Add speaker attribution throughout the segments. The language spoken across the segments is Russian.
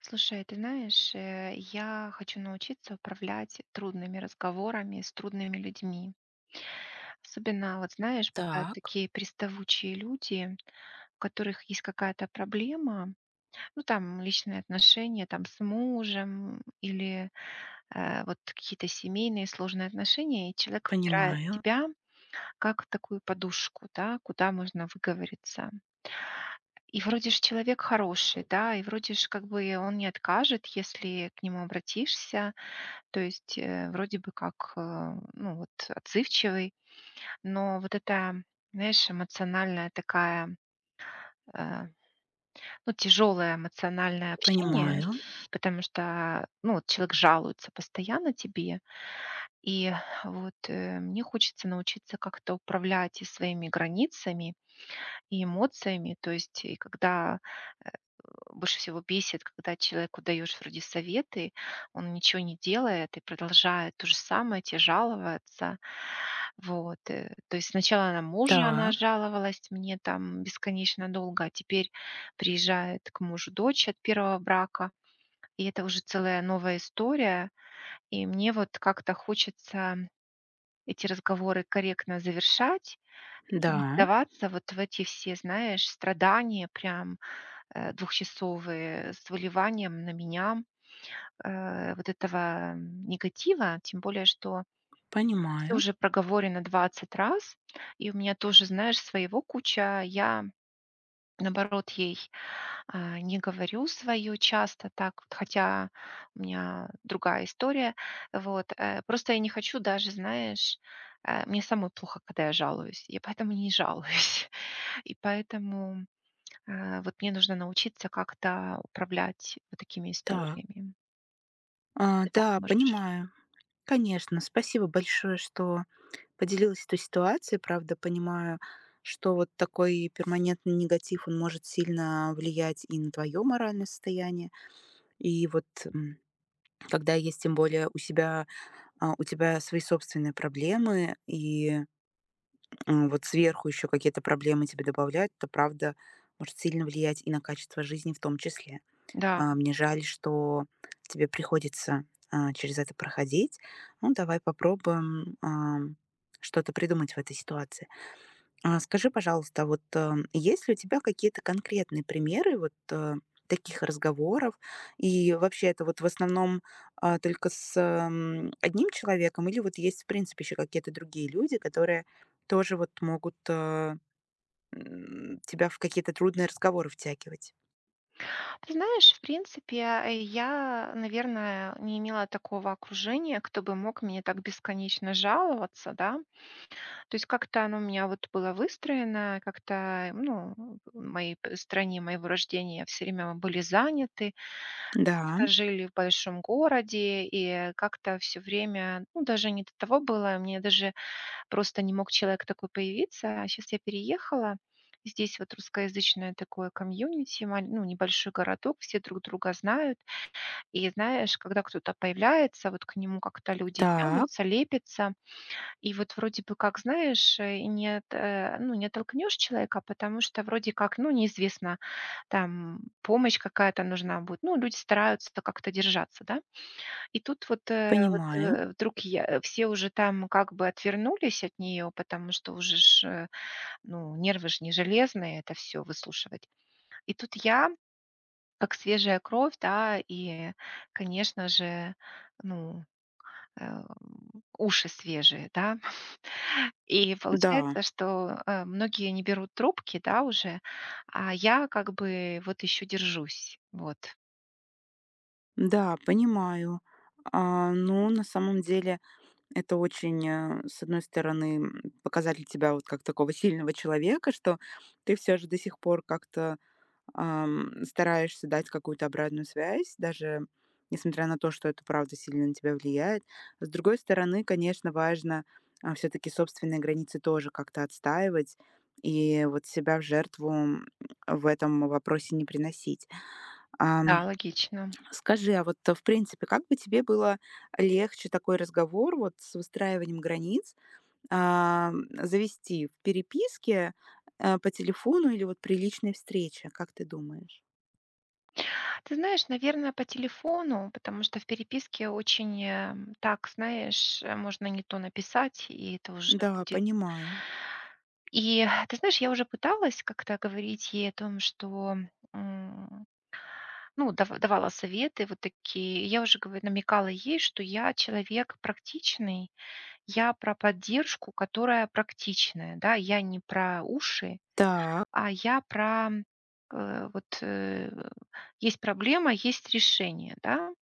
Speaker 1: Слушай, ты знаешь, я хочу научиться управлять трудными разговорами с трудными людьми. Особенно, вот знаешь, бывают
Speaker 2: Так,
Speaker 1: такие приставучие люди, у которых есть какая-то проблема, ну там личные отношения там с мужем или вот какие-то семейные сложные отношения, и человек выбирает
Speaker 2: понимаю,
Speaker 1: тебя как такую подушку, да, куда можно выговориться. И вроде же человек хороший, да, и вроде же как бы он не откажет, если к нему обратишься. То есть, вроде бы как, ну вот, отзывчивый, но вот эта, знаешь, эмоциональная такая, э, ну, тяжелое эмоциональное общение,
Speaker 2: понимаю.
Speaker 1: потому что, ну, вот человек жалуется постоянно тебе, и вот мне хочется научиться как-то управлять и своими границами, и эмоциями, то есть, и когда больше всего бесит, когда человеку даешь вроде советы, он ничего не делает и продолжает то же самое, те жаловаться. Вот. То есть сначала на мужа она
Speaker 2: Так,
Speaker 1: жаловалась мне там бесконечно долго, а теперь приезжает к мужу дочь от первого брака. И это уже целая новая история. И мне вот как-то хочется эти разговоры корректно завершать и не
Speaker 2: да,
Speaker 1: вдаваться вот в эти все, знаешь, страдания прям двухчасовые с выливанием на меня вот этого негатива, тем более, что все
Speaker 2: понимаю.
Speaker 1: уже проговорено 20 раз, и у меня тоже, знаешь, своего куча, я наоборот ей не говорю свое часто так, вот, хотя у меня другая история, вот, просто я не хочу даже, знаешь, мне самой плохо, когда я жалуюсь, я поэтому не жалуюсь, и поэтому вот мне нужно научиться как-то управлять вот такими
Speaker 2: Так,
Speaker 1: историями. Ты
Speaker 2: да,
Speaker 1: поможешь?
Speaker 2: понимаю. Конечно, спасибо большое, что поделилась этой ситуацией. Правда, понимаю, что вот такой перманентный негатив, он может сильно влиять и на твое моральное состояние. И вот когда есть тем более у себя, у тебя свои собственные проблемы и вот сверху еще какие-то проблемы тебе добавляют, то правда может сильно влиять и на качество жизни в том числе.
Speaker 1: Да.
Speaker 2: Мне жаль, что тебе приходится через это проходить. Ну, давай попробуем что-то придумать в этой ситуации. А скажи, пожалуйста, вот, есть ли у тебя какие-то конкретные примеры вот, таких разговоров? И вообще это вот в основном, только с, одним человеком или вот есть, в принципе, еще какие-то другие люди, которые тоже вот могут, тебя в какие-то трудные разговоры втягивать?
Speaker 1: Ты знаешь, в принципе, я, наверное, не имела такого окружения, кто бы мог мне так бесконечно жаловаться, да. То есть как-то оно у меня вот было выстроено, как-то, ну, в моей стране моего рождения все время мы были заняты,
Speaker 2: Да,
Speaker 1: как-то жили в большом городе, и как-то все время, ну, даже не до того было, мне даже просто не мог человек такой появиться. А сейчас я переехала. Здесь вот русскоязычное такое комьюнити, маль ну, небольшой городок, все друг друга знают. И знаешь, когда кто-то появляется, вот к нему как-то люди
Speaker 2: так,
Speaker 1: тянутся, лепятся. И вот вроде бы как, знаешь, и не ну, не оттолкнешь человека, потому что вроде как, ну, неизвестно, там помощь какая-то нужна будет. Ну, люди стараются как-то держаться, да. И тут вот, э, вот,
Speaker 2: понимаю.
Speaker 1: э, вдруг я все уже там как бы отвернулись от нее, потому что уже ж, ну, нервы ж не железные это все выслушивать. И тут я, как свежая кровь, да, и, конечно же, ну, э, уши свежие, да. И
Speaker 2: Да,
Speaker 1: получается, что, многие не берут трубки, да, уже, а я как бы вот еще держусь. Вот.
Speaker 2: да, понимаю. Ну, на самом деле это очень, с одной стороны, показатель тебя вот как такого сильного человека, что ты все же до сих пор как-то, стараешься дать какую-то обратную связь, даже несмотря на то, что это правда сильно на тебя влияет. С другой стороны, конечно, важно, все таки собственные границы тоже как-то отстаивать и вот себя в жертву, в этом вопросе не приносить. Ам,
Speaker 1: Да, логично.
Speaker 2: скажи, а вот, в принципе, как бы тебе было легче такой разговор вот с выстраиванием границ, завести в переписке, по телефону или вот при личной встрече, как ты думаешь?
Speaker 1: Ты знаешь, наверное, по телефону, потому что в переписке очень, так, знаешь, можно не то написать, и это уже
Speaker 2: Да,
Speaker 1: будет.
Speaker 2: понимаю.
Speaker 1: И ты знаешь, я уже пыталась как-то говорить ей о том, что, м, ну, давала советы вот такие. Я уже говорю, намекала ей, что я человек практичный, я про поддержку, которая практичная, да, я не про уши,
Speaker 2: Так,
Speaker 1: а я про, э, вот, э, есть проблема, есть решение, да.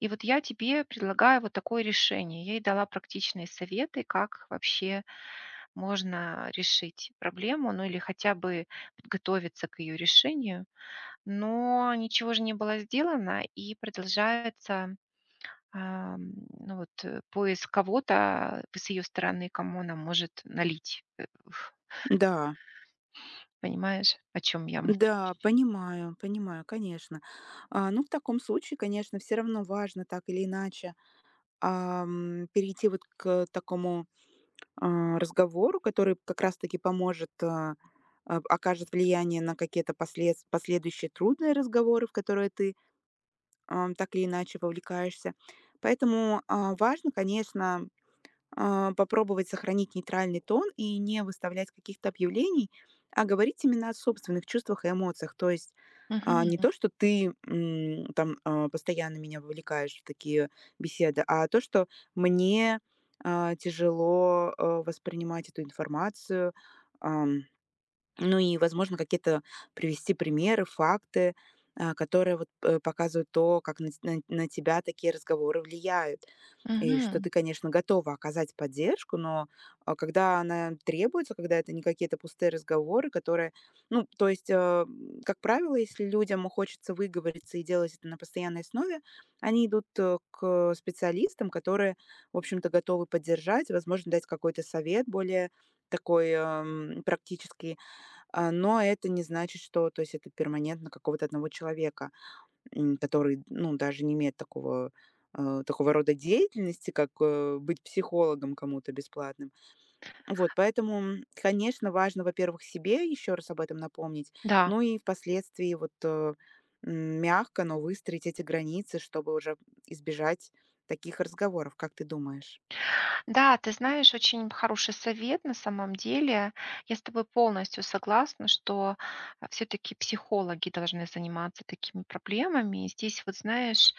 Speaker 1: И вот я тебе предлагаю вот такое решение. Я ей дала практичные советы, как вообще можно решить проблему, ну или хотя бы подготовиться к ее решению. Но ничего же не было сделано, и продолжается, ам, ну вот, поиск кого-то с ее стороны, кому она может налить.
Speaker 2: да.
Speaker 1: Понимаешь, о чем я?
Speaker 2: Да, понимаю, понимаю, конечно. Ну, в таком случае, конечно, все равно важно так или иначе, перейти вот к такому, разговору, который как раз таки поможет, окажет влияние на какие-то последс последующие трудные разговоры, в которые ты так или иначе вовлекаешься. Поэтому, важно, конечно, попробовать сохранить нейтральный тон и не выставлять каких-то объявлений, а говорить именно о собственных чувствах и эмоциях. То есть,
Speaker 1: Мгм,
Speaker 2: не то, что ты, там, постоянно меня вовлекаешь в такие беседы, а то, что мне, тяжело, воспринимать эту информацию, ну и, возможно, какие-то привести примеры, факты, которые вот, показывают то, как на ть на тебя такие разговоры влияют. И что
Speaker 1: мгм.
Speaker 2: ты, конечно, готова оказать поддержку, но, когда она требуется, когда это не какие-то пустые разговоры, которые ну, то есть, как правило, если людям хочется выговориться и делать это на постоянной основе, они идут, к специалистам, которые, в общем-то, готовы поддержать, возможно, дать какой-то совет более такой, практический. Но это не значит, что то есть это перманентно какого-то одного человека, который, ну, даже не имеет такого, такого рода деятельности, как, быть психологом кому-то бесплатным. Вот, поэтому, конечно, важно, во-первых, себе еще раз об этом напомнить,
Speaker 1: Да,
Speaker 2: ну и впоследствии вот, м, мягко, но выстроить эти границы, чтобы уже избежать таких разговоров, как ты думаешь?
Speaker 1: да, ты знаешь, очень хороший совет на самом деле. Я с тобой полностью согласна, что все-таки психологи должны заниматься такими проблемами. И здесь, вот знаешь,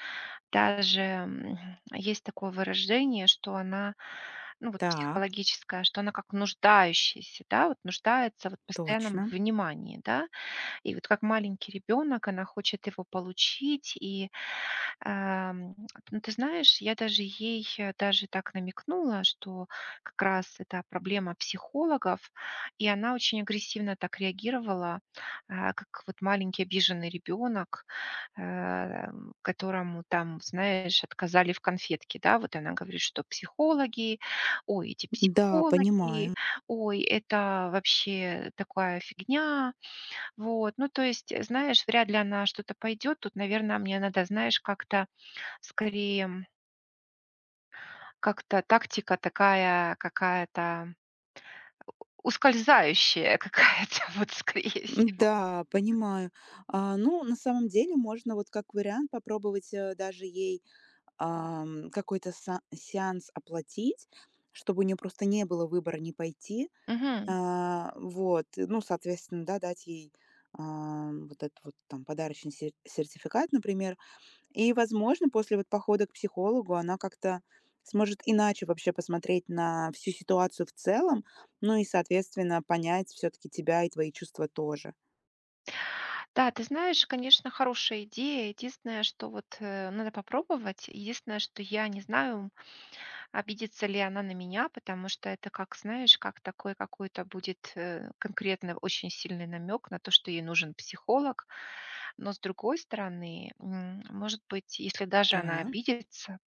Speaker 1: даже есть такое выражение, что она, ну вот
Speaker 2: Так,
Speaker 1: психологическая, что она как нуждающаяся, да, вот нуждается вот в постоянном
Speaker 2: точно.
Speaker 1: внимании, да, и вот как маленький ребенок, она хочет его получить, и Ам, ну, ты знаешь, я даже ей, даже так намекнула, что как раз это проблема психологов, и она очень агрессивно так реагировала, как вот маленький обиженный ребенок, э, которому там, знаешь, отказали в конфетке, да, вот она говорит, что психологи, ой, эти
Speaker 2: Да,
Speaker 1: психологи,
Speaker 2: понимаю.
Speaker 1: ой, это вообще такая фигня. Вот, ну, то есть, знаешь, вряд ли она что-то пойдет, тут, наверное, мне надо, знаешь, как-то скорее, как-то тактика такая какая-то ускользающая какая-то, вот скорее всего.
Speaker 2: Да, понимаю. Ну, на самом деле можно вот как вариант попробовать, даже ей, какой-то са сеанс оплатить, чтобы у нее просто не было выбора не пойти.
Speaker 1: Мгм.
Speaker 2: Вот, и, ну, соответственно, да, дать ей, вот этот вот там подарочный се сертификат, например. И, возможно, после вот похода к психологу она как-то сможет иначе вообще посмотреть на всю ситуацию в целом, ну и, соответственно, понять все таки тебя и твои чувства тоже.
Speaker 1: Да, ты знаешь, конечно, хорошая идея. Единственное, что вот, надо попробовать. Единственное, что я не знаю, обидится ли она на меня, потому что это как, знаешь, как такой какой-то будет, конкретно очень сильный намек на то, что ей нужен психолог. Но с другой стороны, может быть, если даже она
Speaker 2: Так.
Speaker 1: обидится,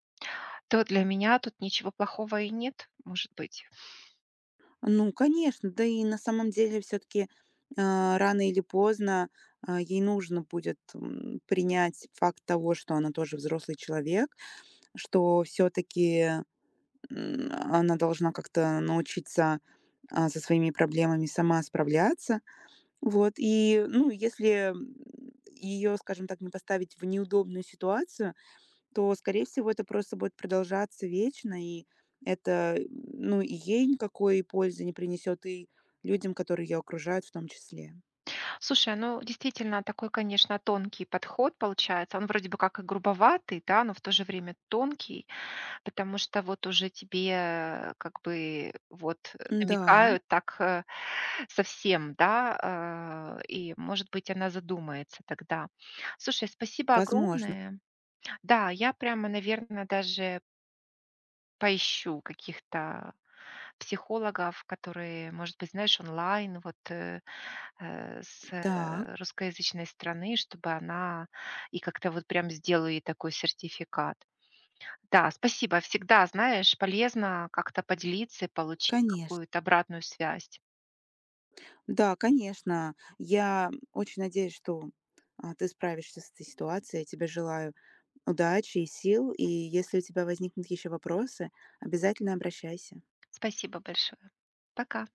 Speaker 1: то для меня тут ничего плохого и нет, может быть.
Speaker 2: Ну, конечно, да и на самом деле все-таки рано или поздно ей нужно будет принять факт того, что она тоже взрослый человек, что все-таки она должна как-то научиться со своими проблемами сама справляться. Вот, и, ну, если ее, скажем так, не поставить в неудобную ситуацию, то, скорее всего, это просто будет продолжаться вечно, и это, ну, и ей никакой пользы не принесет, и людям, которые ее окружают, в том числе.
Speaker 1: Слушай, ну действительно такой, конечно, тонкий подход получается. Он вроде бы как и грубоватый, да, но в то же время тонкий, потому что вот уже тебе как бы вот
Speaker 2: Да,
Speaker 1: намекают так совсем, да, и, может быть, она задумается тогда. Слушай, спасибо
Speaker 2: возможно.
Speaker 1: огромное. Да, я прямо, наверное, даже поищу каких-то психологов, которые, может быть, знаешь, онлайн, вот с
Speaker 2: Так,
Speaker 1: русскоязычной страны, чтобы она и как-то вот прям сделаю ей такой сертификат. Да, спасибо. Всегда, знаешь, полезно как-то поделиться и получить
Speaker 2: конечно.
Speaker 1: какую-то обратную связь.
Speaker 2: Да, конечно. Я очень надеюсь, что ты справишься с этой ситуацией. Я тебе желаю удачи и сил. И если у тебя возникнут еще вопросы, обязательно обращайся.
Speaker 1: Спасибо большое. Пока.